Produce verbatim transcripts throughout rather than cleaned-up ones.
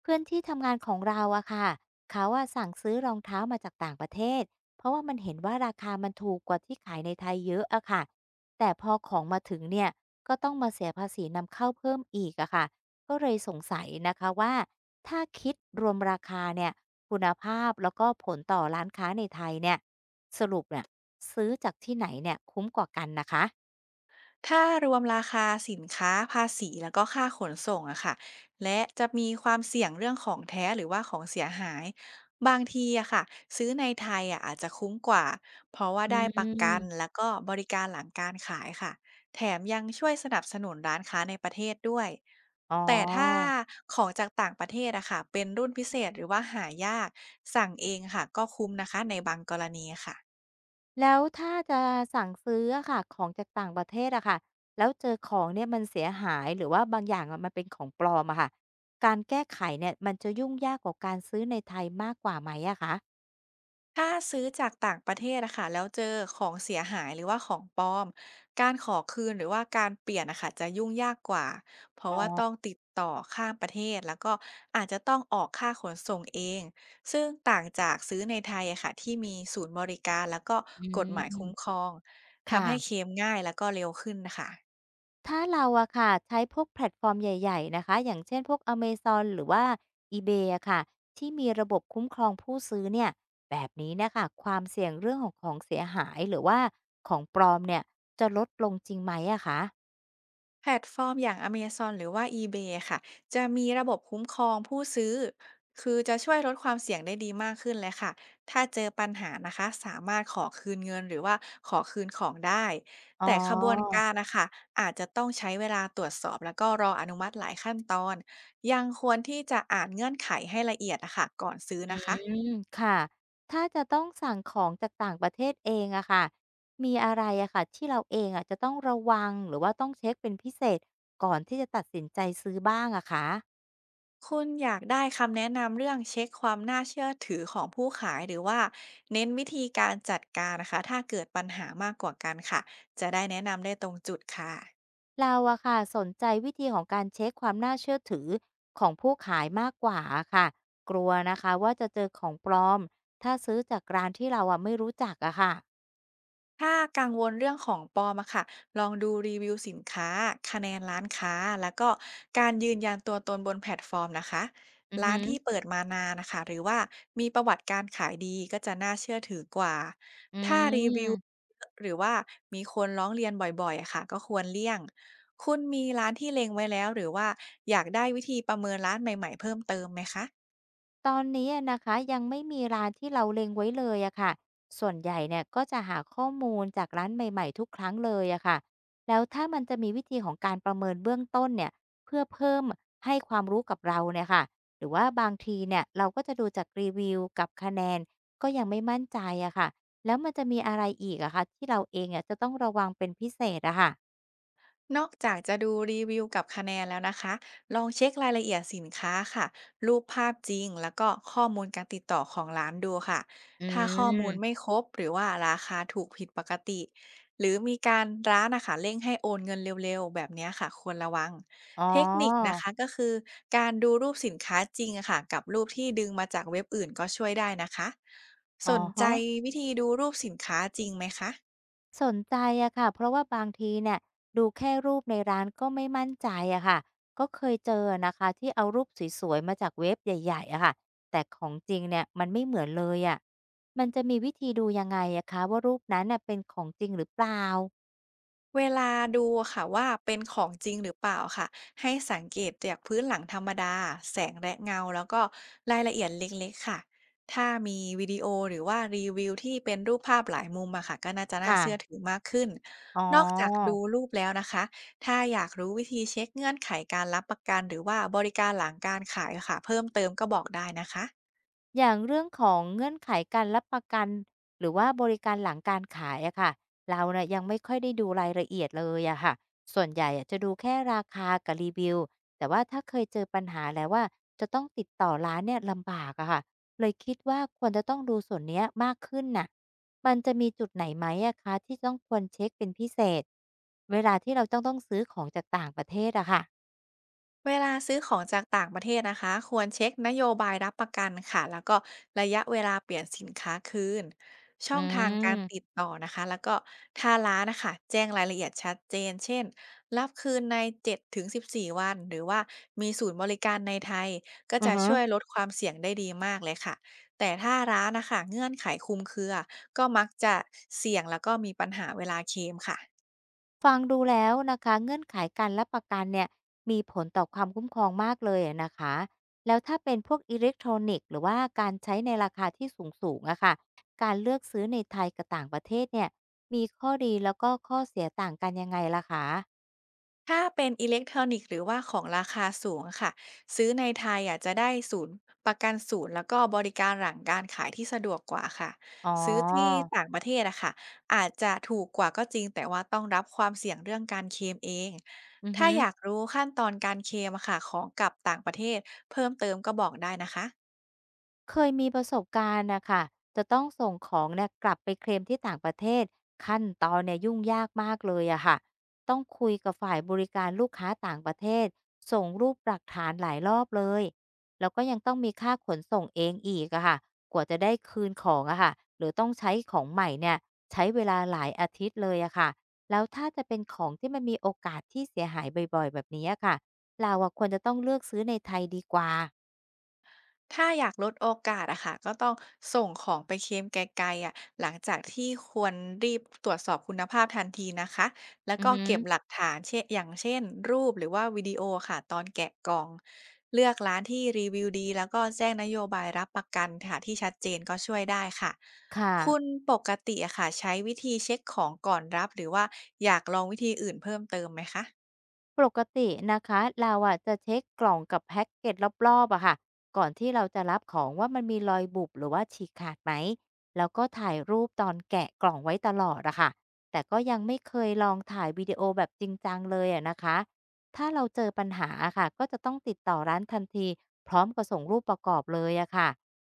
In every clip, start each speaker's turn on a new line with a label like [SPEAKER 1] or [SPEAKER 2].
[SPEAKER 1] เพื่อนที่ทำงานของเราอะค่ะเขาอะสั่งซื้อรองเท้ามาจากต่างประเทศ เพราะว่ามันเห็นว่าราคามันถูกกว่าที่ขายในไทยเยอะอะค่ะแต่พอของมาถึงเนี่ยก็ต้องมาเสียภาษีนำเข้าเพิ่มอีกอะค่ะก็เลยสงสัยนะคะว่าถ้าคิดรวมราคาเนี่ยคุณภาพแล้วก็ผลต่อร้านค้าในไทยเนี่ยสรุปเนี่ยซื้อจากที่ไหนเนี่ยคุ้มกว่ากันนะคะ
[SPEAKER 2] ถ้ารวมราคาสินค้าภาษีแล้วก็ค่าขนส่งอะค่ะและจะมีความเสี่ยงเรื่องของแท้หรือว่าของเสียหายบางทีอะค่ะซื้อในไทยอะอาจจะคุ้มกว่าเพราะว่า
[SPEAKER 1] อื
[SPEAKER 2] ได้ประกัน
[SPEAKER 1] ม
[SPEAKER 2] แล้วก็บริการหลังการขายค่ะแถมยังช่วยสนับสนุนร้านค้าในประเทศด้วย
[SPEAKER 1] อ๋อ
[SPEAKER 2] แต่ถ้าของจากต่างประเทศอะค่ะเป็นรุ่นพิเศษหรือว่าหายากสั่งเองค่ะก็คุ้มนะคะในบางกรณีค่ะ
[SPEAKER 1] แล้วถ้าจะสั่งซื้ออะค่ะของจากต่างประเทศอะค่ะแล้วเจอของเนี่ยมันเสียหายหรือว่าบางอย่างอะมันเป็นของปลอมอะค่ะการแก้ไขเนี่ยมันจะยุ่งยากกว่าการซื้อในไทยมากกว่าไหมอะคะ
[SPEAKER 2] ถ้าซื้อจากต่างประเทศอะค่ะแล้วเจอของเสียหายหรือว่าของปลอมการขอคืนหรือว่าการเปลี่ยนนะค่ะจะยุ่งยากกว่าเพราะ
[SPEAKER 1] อ๋
[SPEAKER 2] ว่าต้อ
[SPEAKER 1] อ
[SPEAKER 2] งติดต่อข้ามประเทศแล้วก็อาจจะต้องออกค่าขนส่งเองซึ่งต่างจากซื้อในไทยอะค่ะที่มีศูนย์บริการแล้วก็
[SPEAKER 1] อื
[SPEAKER 2] กฎ
[SPEAKER 1] ม
[SPEAKER 2] หมายคุ้มครองทำให้เคล
[SPEAKER 1] ค่ะ
[SPEAKER 2] มง่ายแล้วก็เร็วขึ้นนะคะ
[SPEAKER 1] ถ้าเราอะค่ะใช้พวกแพลตฟอร์มใหญ่ๆนะคะอย่างเช่นพวก แอมะซอน หรือว่า อีเบย์ อะค่ะที่มีระบบคุ้มครองผู้ซื้อเนี่ยแบบนี้เนี่ยค่ะความเสี่ยงเรื่องของของเสียหายหรือว่าของปลอมเนี่ยจะลดลงจริงไหมอะคะ
[SPEAKER 2] แพลตฟอร์มอย่าง Amazon หรือว่า eBay ค่ะจะมีระบบคุ้มครองผู้ซื้อคือจะช่วยลดความเสี่ยงได้ดีมากขึ้นเลยค่ะถ้าเจอปัญหานะคะสามารถขอคืนเงินหรือว่าขอคืนของได้
[SPEAKER 1] อ๋
[SPEAKER 2] แต่ขบวน
[SPEAKER 1] อ
[SPEAKER 2] การนะคะอาจจะต้องใช้เวลาตรวจสอบแล้วก็รออนุมัติหลายขั้นตอนยังควรที่จะอ่านเงื่อนไขให้ละเอียดนะคะก่อนซื้อ
[SPEAKER 1] อื
[SPEAKER 2] นะคะ
[SPEAKER 1] ม ค่ะ ถ้าจะต้องสั่งของจากต่างประเทศเองอะค่ะมีอะไรอะค่ะที่เราเองอะจะต้องระวังหรือว่าต้องเช็คเป็นพิเศษก่อนที่จะตัดสินใจซื้อบ้างอะคะ
[SPEAKER 2] คุณอยากได้คำแนะนำเรื่องเช็คความน่าเชื่อถือของผู้ขายหรือว่าเน้นวิธีการจัดการนะคะถ้าเกิดปัญหามากกว่ากันค่ะจะได้แนะนำได้ตรงจุดค่ะ
[SPEAKER 1] เราอะค่ะสนใจวิธีของการเช็กความน่าเชื่อถือของผู้ขายมากกว่าอะค่ะกลัวนะคะว่าจะเจอของปลอมถ้าซื้อจากร้านที่เราอะไม่รู้จักอะค่ะ
[SPEAKER 2] ถ้ากังวลเรื่องของปลอมอะค่ะลองดูรีวิวสินค้าคะแนนร้านค้าแล้วก็การยืนยันตัวตนบนแพลตฟอร์มนะคะ
[SPEAKER 1] อือ
[SPEAKER 2] ร้า
[SPEAKER 1] หื
[SPEAKER 2] น
[SPEAKER 1] อ
[SPEAKER 2] ที่เปิดมานานนะคะหรือว่ามีประวัติการขายดีก็จะน่าเชื่อถือกว่า
[SPEAKER 1] อื
[SPEAKER 2] ถ้ารีวิว
[SPEAKER 1] ม
[SPEAKER 2] เยอะหรือว่ามีคนร้องเรียนบ่อยๆอะค่ะก็ควรเลี่ยง คุณมีร้านที่เล็งไว้แล้วหรือว่าอยากได้วิธีประเมินร้านใหม่ๆเพิ่มเติมไหมคะ
[SPEAKER 1] ตอนนี้อะนะคะยังไม่มีร้านที่เราเล็งไว้เลยอะค่ะส่วนใหญ่เนี่ยก็จะหาข้อมูลจากร้านใหม่ๆทุกครั้งเลยอะค่ะแล้วถ้ามันจะมีวิธีของการประเมินเบื้องต้นเนี่ยเพื่อเพิ่มให้ความรู้กับเราเนี่ยค่ะหรือว่าบางทีเนี่ยเราก็จะดูจากรีวิวกับคะแนนก็ยังไม่มั่นใจอะค่ะแล้วมันจะมีอะไรอีกอะคะที่เราเองอะจะต้องระวังเป็นพิเศษอะค่ะ
[SPEAKER 2] นอกจากจะดูรีวิวกับคะแนนแล้วนะคะลองเช็ครายละเอียดสินค้าค่ะ รูปภาพจริงแล้วก็ข้อมูลการติดต่อของร้านดูค่ะ
[SPEAKER 1] อ
[SPEAKER 2] ถ้าข้อมูล
[SPEAKER 1] ื
[SPEAKER 2] ไม่
[SPEAKER 1] ม
[SPEAKER 2] ครบหรือว่าราคาถูกผิดปกติ หรือมีการร้านนะคะเร่งให้โอนเงินเร็วๆแบบเนี้ยค่ะควรระวัง
[SPEAKER 1] อ๋อ
[SPEAKER 2] เทคนิคนะคะก็คือการดูรูปสินค้าจริงอะค่ะกับรูปที่ดึงมาจากเว็บอื่นก็ช่วยได้นะคะส
[SPEAKER 1] อะ
[SPEAKER 2] นใจ
[SPEAKER 1] ฮะ
[SPEAKER 2] วิธีดูรูปสินค้าจริงไหมคะ
[SPEAKER 1] สนใจอะค่ะเพราะว่าบางทีเนี่ยดูแค่รูปในร้านก็ไม่มั่นใจอะค่ะก็เคยเจอนะคะที่เอารูปสวยๆมาจากเว็บใหญ่ๆอะค่ะแต่ของจริงเนี่ยมันไม่เหมือนเลยอะมันจะมีวิธีดูยังไงอะคะว่ารูปนั้นเน่ะเป็นของจริงหรือเปล่า
[SPEAKER 2] เวลาดูค่ะว่าเป็นของจริงหรือเปล่าค่ะให้สังเกตจากพื้นหลังธรรมดาแสงและเงาแล้วก็รายละเอียดเล็กๆค่ะถ้ามีวิดีโอหรือว่ารีวิวที่เป็นรูปภาพหลายมุมอะค่ะก็น่าจะน่าเชื่อ
[SPEAKER 1] ค่ะ
[SPEAKER 2] ถือมากขึ้น
[SPEAKER 1] อ๋อ
[SPEAKER 2] นอกจากดูรูปแล้วนะคะถ้าอยากรู้วิธีเช็คเงื่อนไขการรับประกันหรือว่าบริการหลังการขายค่ะเพิ่มเติมก็บอกได้นะคะ
[SPEAKER 1] อย่างเรื่องของเงื่อนไขการรับประกันหรือว่าบริการหลังการขายอะค่ะเราน่ะยังไม่ค่อยได้ดูรายละเอียดเลยอะค่ะส่วนใหญ่อะจะดูแค่ราคากับรีวิวแต่ว่าถ้าเคยเจอปัญหาแล้วว่าจะต้องติดต่อร้านเนี่ยลำบากอะค่ะเลยคิดว่าควรจะต้องดูส่วนเนี้ยมากขึ้นน่ะมันจะมีจุดไหนไหมอะคะที่ต้องควรเช็คเป็นพิเศษเวลาที่เราต้องต้องซื้อของจากต่างประเทศอะค่ะ
[SPEAKER 2] เวลาซื้อของจากต่างประเทศนะคะควรเช็คนโยบายรับประกันค่ะแล้วก็ระยะเวลาเปลี่ยนสินค้าคืนช่
[SPEAKER 1] อื
[SPEAKER 2] องทางการติ
[SPEAKER 1] ม
[SPEAKER 2] ดต่อนะคะแล้วก็ทาร้านนะคะแจ้งรายละเอียดชัดเจนเช่นรับคืนในเจ็ดถึงสิบสี่วันหรือว่ามีศูนย์บริการในไทยก็
[SPEAKER 1] อือ
[SPEAKER 2] จะ
[SPEAKER 1] ฮึ
[SPEAKER 2] ช่วยลดความเสี่ยงได้ดีมากเลยค่ะแต่ถ้าร้านนะคะเงื่อนไขคลุมเครือก็มักจะเสี่ยงแล้วก็มีปัญหาเวลาเคลมค่ะ
[SPEAKER 1] ฟังดูแล้วนะคะเงื่อนไขการรับประกันเนี่ยมีผลต่อความคุ้มครองมากเลยอะนะคะแล้วถ้าเป็นพวกอิเล็กทรอนิกส์หรือว่าการใช้ในราคาที่สูงสูงอะค่ะการเลือกซื้อในไทยกับต่างประเทศเนี่ยมีข้อดีแล้วก็ข้อเสียต่างกันยังไงล่ะคะ
[SPEAKER 2] ถ้าเป็นอิเล็กทรอนิกส์หรือว่าของราคาสูงค่ะซื้อในไทยอะจะได้ศูนย์ประกันศูนย์แล้วก็บริการหลังการขายที่สะดวกกว่าค่ะ
[SPEAKER 1] อ๋อ
[SPEAKER 2] ซื้อที่ต่างประเทศอะค่ะอาจจะถูกกว่าก็จริงแต่ว่าต้องรับความเสี่ยงเรื่องการเคลมเอง
[SPEAKER 1] อือ
[SPEAKER 2] ถ้า
[SPEAKER 1] ฮึ
[SPEAKER 2] อยากรู้ขั้นตอนการเคลมอะค่ะของกับต่างประเทศเพิ่มเติมก็บอกได้นะคะ
[SPEAKER 1] เคยมีประสบการณ์นะค่ะจะต้องส่งของเนี่ยกลับไปเคลมที่ต่างประเทศขั้นตอนเนี่ยยุ่งยากมากเลยอะค่ะต้องคุยกับฝ่ายบริการลูกค้าต่างประเทศส่งรูปหลักฐานหลายรอบเลยแล้วก็ยังต้องมีค่าขนส่งเองอีกอะค่ะกว่าจะได้คืนของอะค่ะหรือต้องใช้ของใหม่เนี่ยใช้เวลาหลายอาทิตย์เลยอะค่ะแล้วถ้าจะเป็นของที่มันมีโอกาสที่เสียหายบ่อยๆแบบนี้อะค่ะเราอะควรจะต้องเลือกซื้อในไทยดีกว่า
[SPEAKER 2] ถ้าอยากลดโอกาสอะค่ะก็ต้องส่งของไปเคลมไกลๆอะหลังจากที่ควรรีบตรวจสอบคุณภาพทันทีนะคะแล้ว
[SPEAKER 1] อือ
[SPEAKER 2] ก็
[SPEAKER 1] ฮึ
[SPEAKER 2] เก็บหลักฐานเช่นอย่างเช่นรูปหรือว่าวิดีโอค่ะตอนแกะกล่องเลือกร้านที่รีวิวดีแล้วก็แจ้งนโยบายรับประกันค่ะที่ชัดเจนก็ช่วยได้ค่ะ
[SPEAKER 1] ค่ะ
[SPEAKER 2] คุณปกติอะค่ะใช้วิธีเช็คของก่อนรับหรือว่าอยากลองวิธีอื่นเพิ่มเติมไหมคะ
[SPEAKER 1] ปกตินะคะเราอะจะเช็กกล่องกับแพ็กเกจรอบๆอะค่ะก่อนที่เราจะรับของว่ามันมีรอยบุบหรือว่าฉีกขาดไหมแล้วก็ถ่ายรูปตอนแกะกล่องไว้ตลอดอะค่ะแต่ก็ยังไม่เคยลองถ่ายวิดีโอแบบจริงจังเลยอะนะคะถ้าเราเจอปัญหาอะค่ะก็จะต้องติดต่อร้านทันทีพร้อมกับส่งรูปประกอบเลยอะค่ะ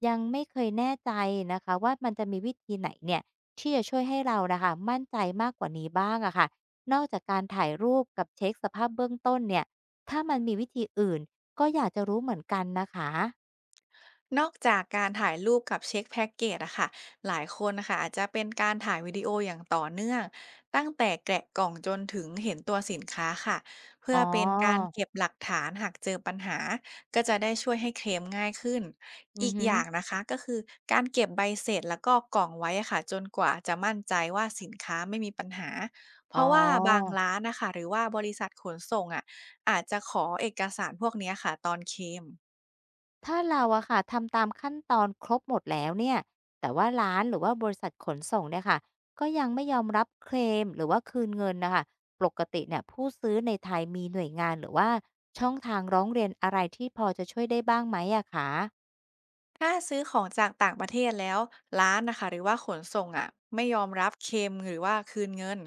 [SPEAKER 1] ยังไม่เคยแน่ใจนะคะว่ามันจะมีวิธีไหนเนี่ยที่จะช่วยให้เรานะคะมั่นใจมากกว่านี้บ้างอะค่ะ นอกจากการถ่ายรูปกับเช็คสภาพเบื้องต้นเนี่ยถ้ามันมีวิธีอื่นก็อยากจะรู้เหมือนกันนะคะ
[SPEAKER 2] นอกจากการถ่ายรูปกับเช็คแพ็กเกจอะค่ะหลายคนนะคะอาจจะเป็นการถ่ายวิดีโออย่างต่อเนื่องตั้งแต่แกะกล่องจนถึงเห็นตัวสินค้าค่ะเพื่
[SPEAKER 1] อ๋
[SPEAKER 2] อเป็นการ
[SPEAKER 1] อ
[SPEAKER 2] เก็บหลักฐานหากเจอปัญหาก็จะได้ช่วยให้เคลมง่ายขึ้น
[SPEAKER 1] อื
[SPEAKER 2] อี
[SPEAKER 1] อ
[SPEAKER 2] ก
[SPEAKER 1] ฮึ
[SPEAKER 2] อย่างนะคะก็คือการเก็บใบเสร็จแล้วก็กล่องไว้อะค่ะจนกว่าจะมั่นใจว่าสินค้าไม่มีปัญหาเพ
[SPEAKER 1] อ๋อ
[SPEAKER 2] ราะว่าบางร้านนะคะหรือว่าบริษัทขนส่งอะอาจจะขอเอกสารพวกเนี้ยค่ะตอนเคลม
[SPEAKER 1] ถ้าเราอะค่ะทำตามขั้นตอนครบหมดแล้วเนี่ยแต่ว่าร้านหรือว่าบริษัทขนส่งเนี่ยค่ะก็ยังไม่ยอมรับเคลมหรือว่าคืนเงินนะคะปกติเนี่ยผู้ซื้อในไทยมีหน่วยงานหรือว่าช่องทางร้องเรียนอะไรที่พอจะช่วยได้บ้างไหมอะคะ
[SPEAKER 2] ถ้าซื้อของจากต่างประเทศแล้วร้านนะคะหรือว่าขนส่งอ่ะไม่ยอมรับเคลมหรือว่าคืนเงิน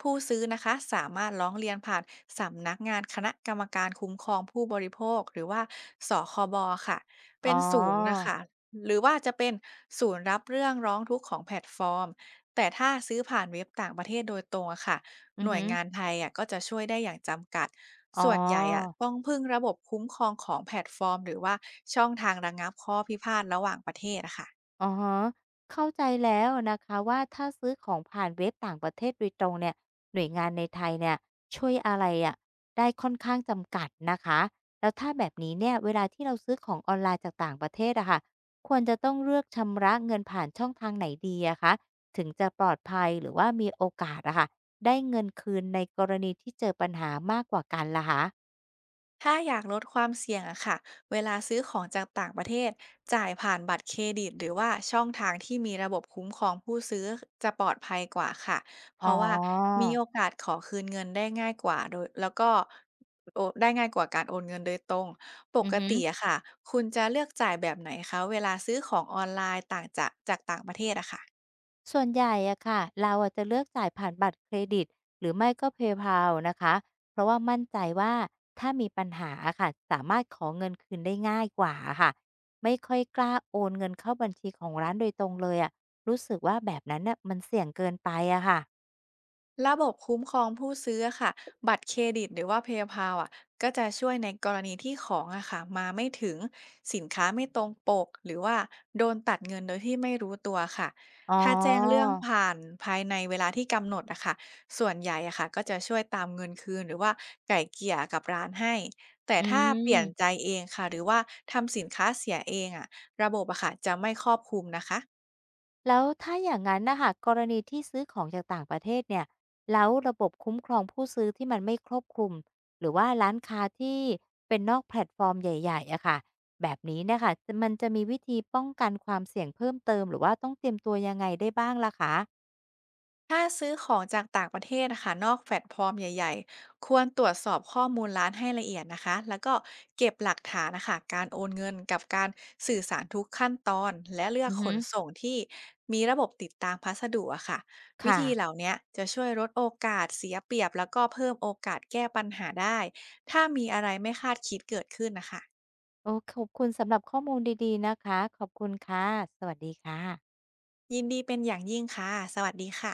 [SPEAKER 2] ผู้ซื้อนะคะสามารถร้องเรียนผ่านสำนักงานคณะกรรมการคุ้มครองผู้บริโภคหรือว่าสอ คอ บอค่ะ
[SPEAKER 1] อ๋
[SPEAKER 2] เป็
[SPEAKER 1] อ
[SPEAKER 2] นศูนย์นะคะหรือว่าจะเป็นศูนย์รับเรื่องร้องทุกข์ของแพลตฟอร์มแต่ถ้าซื้อผ่านเว็บต่างประเทศโดยตรงอะค่ะ
[SPEAKER 1] อื
[SPEAKER 2] ห
[SPEAKER 1] อ
[SPEAKER 2] น่วย
[SPEAKER 1] ฮึ
[SPEAKER 2] งานไทยอะก็จะช่วยได้อย่างจำกัด
[SPEAKER 1] อ๋อ
[SPEAKER 2] ส่วนใหญ่อะต้องพึ่งระบบคุ้มครองของแพลตฟอร์มหรือว่าช่องทางระงับข้อพิพาทระหว่างประเทศอะค่ะ
[SPEAKER 1] อ๋อเข้าใจแล้วนะคะว่าถ้าซื้อของผ่านเว็บต่างประเทศโดยตรงเนี่ยหน่วยงานในไทยเนี่ยช่วยอะไรอะได้ค่อนข้างจำกัดนะคะแล้วถ้าแบบนี้เนี่ยเวลาที่เราซื้อของออนไลน์จากต่างประเทศอะค่ะควรจะต้องเลือกชำระเงินผ่านช่องทางไหนดีอะคะถึงจะปลอดภัยหรือว่ามีโอกาสอะค่ะได้เงินคืนในกรณีที่เจอปัญหามากกว่ากันล่ะคะ
[SPEAKER 2] ถ้าอยากลดความเสี่ยงอะค่ะ เวลาซื้อของจากต่างประเทศจ่ายผ่านบัตรเครดิตหรือว่าช่องทางที่มีระบบคุ้มครองผู้ซื้อจะปลอดภัยกว่าค่ะ เพ
[SPEAKER 1] อ๋อ
[SPEAKER 2] ราะว่ามีโอกาสขอคืนเงินได้ง่ายกว่าโดยแล้วก็โอได้ง่ายกว่าการโอนเงินโดยตรงป
[SPEAKER 1] อือ
[SPEAKER 2] ก
[SPEAKER 1] ฮึ
[SPEAKER 2] ติอะค่ะคุณจะเลือกจ่ายแบบไหนคะเวลาซื้อของออนไลน์ต่างจากจากต่างประเทศอะค่ะ
[SPEAKER 1] ส่วนใหญ่อะค่ะเราอะจะเลือกจ่ายผ่านบัตรเครดิตหรือไม่ก็ เพย์พาล นะคะเพราะว่ามั่นใจว่าถ้ามีปัญหาอะค่ะสามารถขอเงินคืนได้ง่ายกว่าอะค่ะไม่ค่อยกล้าโอนเงินเข้าบัญชีของร้านโดยตรงเลยอะรู้สึกว่าแบบนั้นน่ะมันเสี่ยงเกินไปอะค่ะ
[SPEAKER 2] ระบบคุ้มครองผู้ซื้ออะค่ะบัตรเครดิตหรือว่า เพย์พาล อ่ะก็จะช่วยในกรณีที่ของอะค่ะมาไม่ถึงสินค้าไม่ตรงปกหรือว่าโดนตัดเงินโดยที่ไม่รู้ตัวค่ะ
[SPEAKER 1] อ๋อ
[SPEAKER 2] ถ้าแจ้งเรื่องผ่านภายในเวลาที่กำหนดอะค่ะส่วนใหญ่อะค่ะก็จะช่วยตามเงินคืนหรือว่าไก่เกลี่ยกับร้านให้แต่
[SPEAKER 1] อื
[SPEAKER 2] ถ้าเปลี่ยนใจ
[SPEAKER 1] ม
[SPEAKER 2] เองค่ะหรือว่าทำสินค้าเสียเองอะระบบอะค่ะจะไม่ครอบคลุมนะคะ
[SPEAKER 1] แล้วถ้าอย่างนั้นนะคะกรณีที่ซื้อของจากต่างประเทศเนี่ยแล้วระบบคุ้มครองผู้ซื้อที่มันไม่ครอบคลุมหรือว่าร้านค้าที่เป็นนอกแพลตฟอร์มใหญ่ๆอะค่ะแบบนี้เนะคะจะมันจะมีวิธีป้องกันความเสี่ยงเพิ่มเติมหรือว่าต้องเตรียมตัวยังไงได้บ้างล่ะคะ
[SPEAKER 2] ถ้าซื้อของจากต่างประเทศนะคะนอกแพลตฟอร์มใหญ่ๆ ควรตรวจสอบข้อมูลร้านให้ละเอียดนะคะ แล้วก็เก็บหลักฐานนะคะ การโอนเงินกับการสื่อสารทุกขั้นตอน และเลือก
[SPEAKER 1] อือ
[SPEAKER 2] ข
[SPEAKER 1] ฮึ
[SPEAKER 2] นส่งที่มีระบบติดตามพัสดุอะค่ะวิ
[SPEAKER 1] ค่ะ
[SPEAKER 2] ธีเหล่าเนี้ยจะช่วยลดโอกาสเสียเปรียบแล้วก็เพิ่มโอกาสแก้ปัญหาได้ ถ้ามีอะไรไม่คาดคิดเกิดขึ้นนะคะ
[SPEAKER 1] โอ้ขอบคุณสำหรับข้อมูลดีๆนะคะขอบคุณค่ะสวัสดีค่ะ
[SPEAKER 2] ยินดีเป็นอย่างยิ่งค่ะสวัสดีค่ะ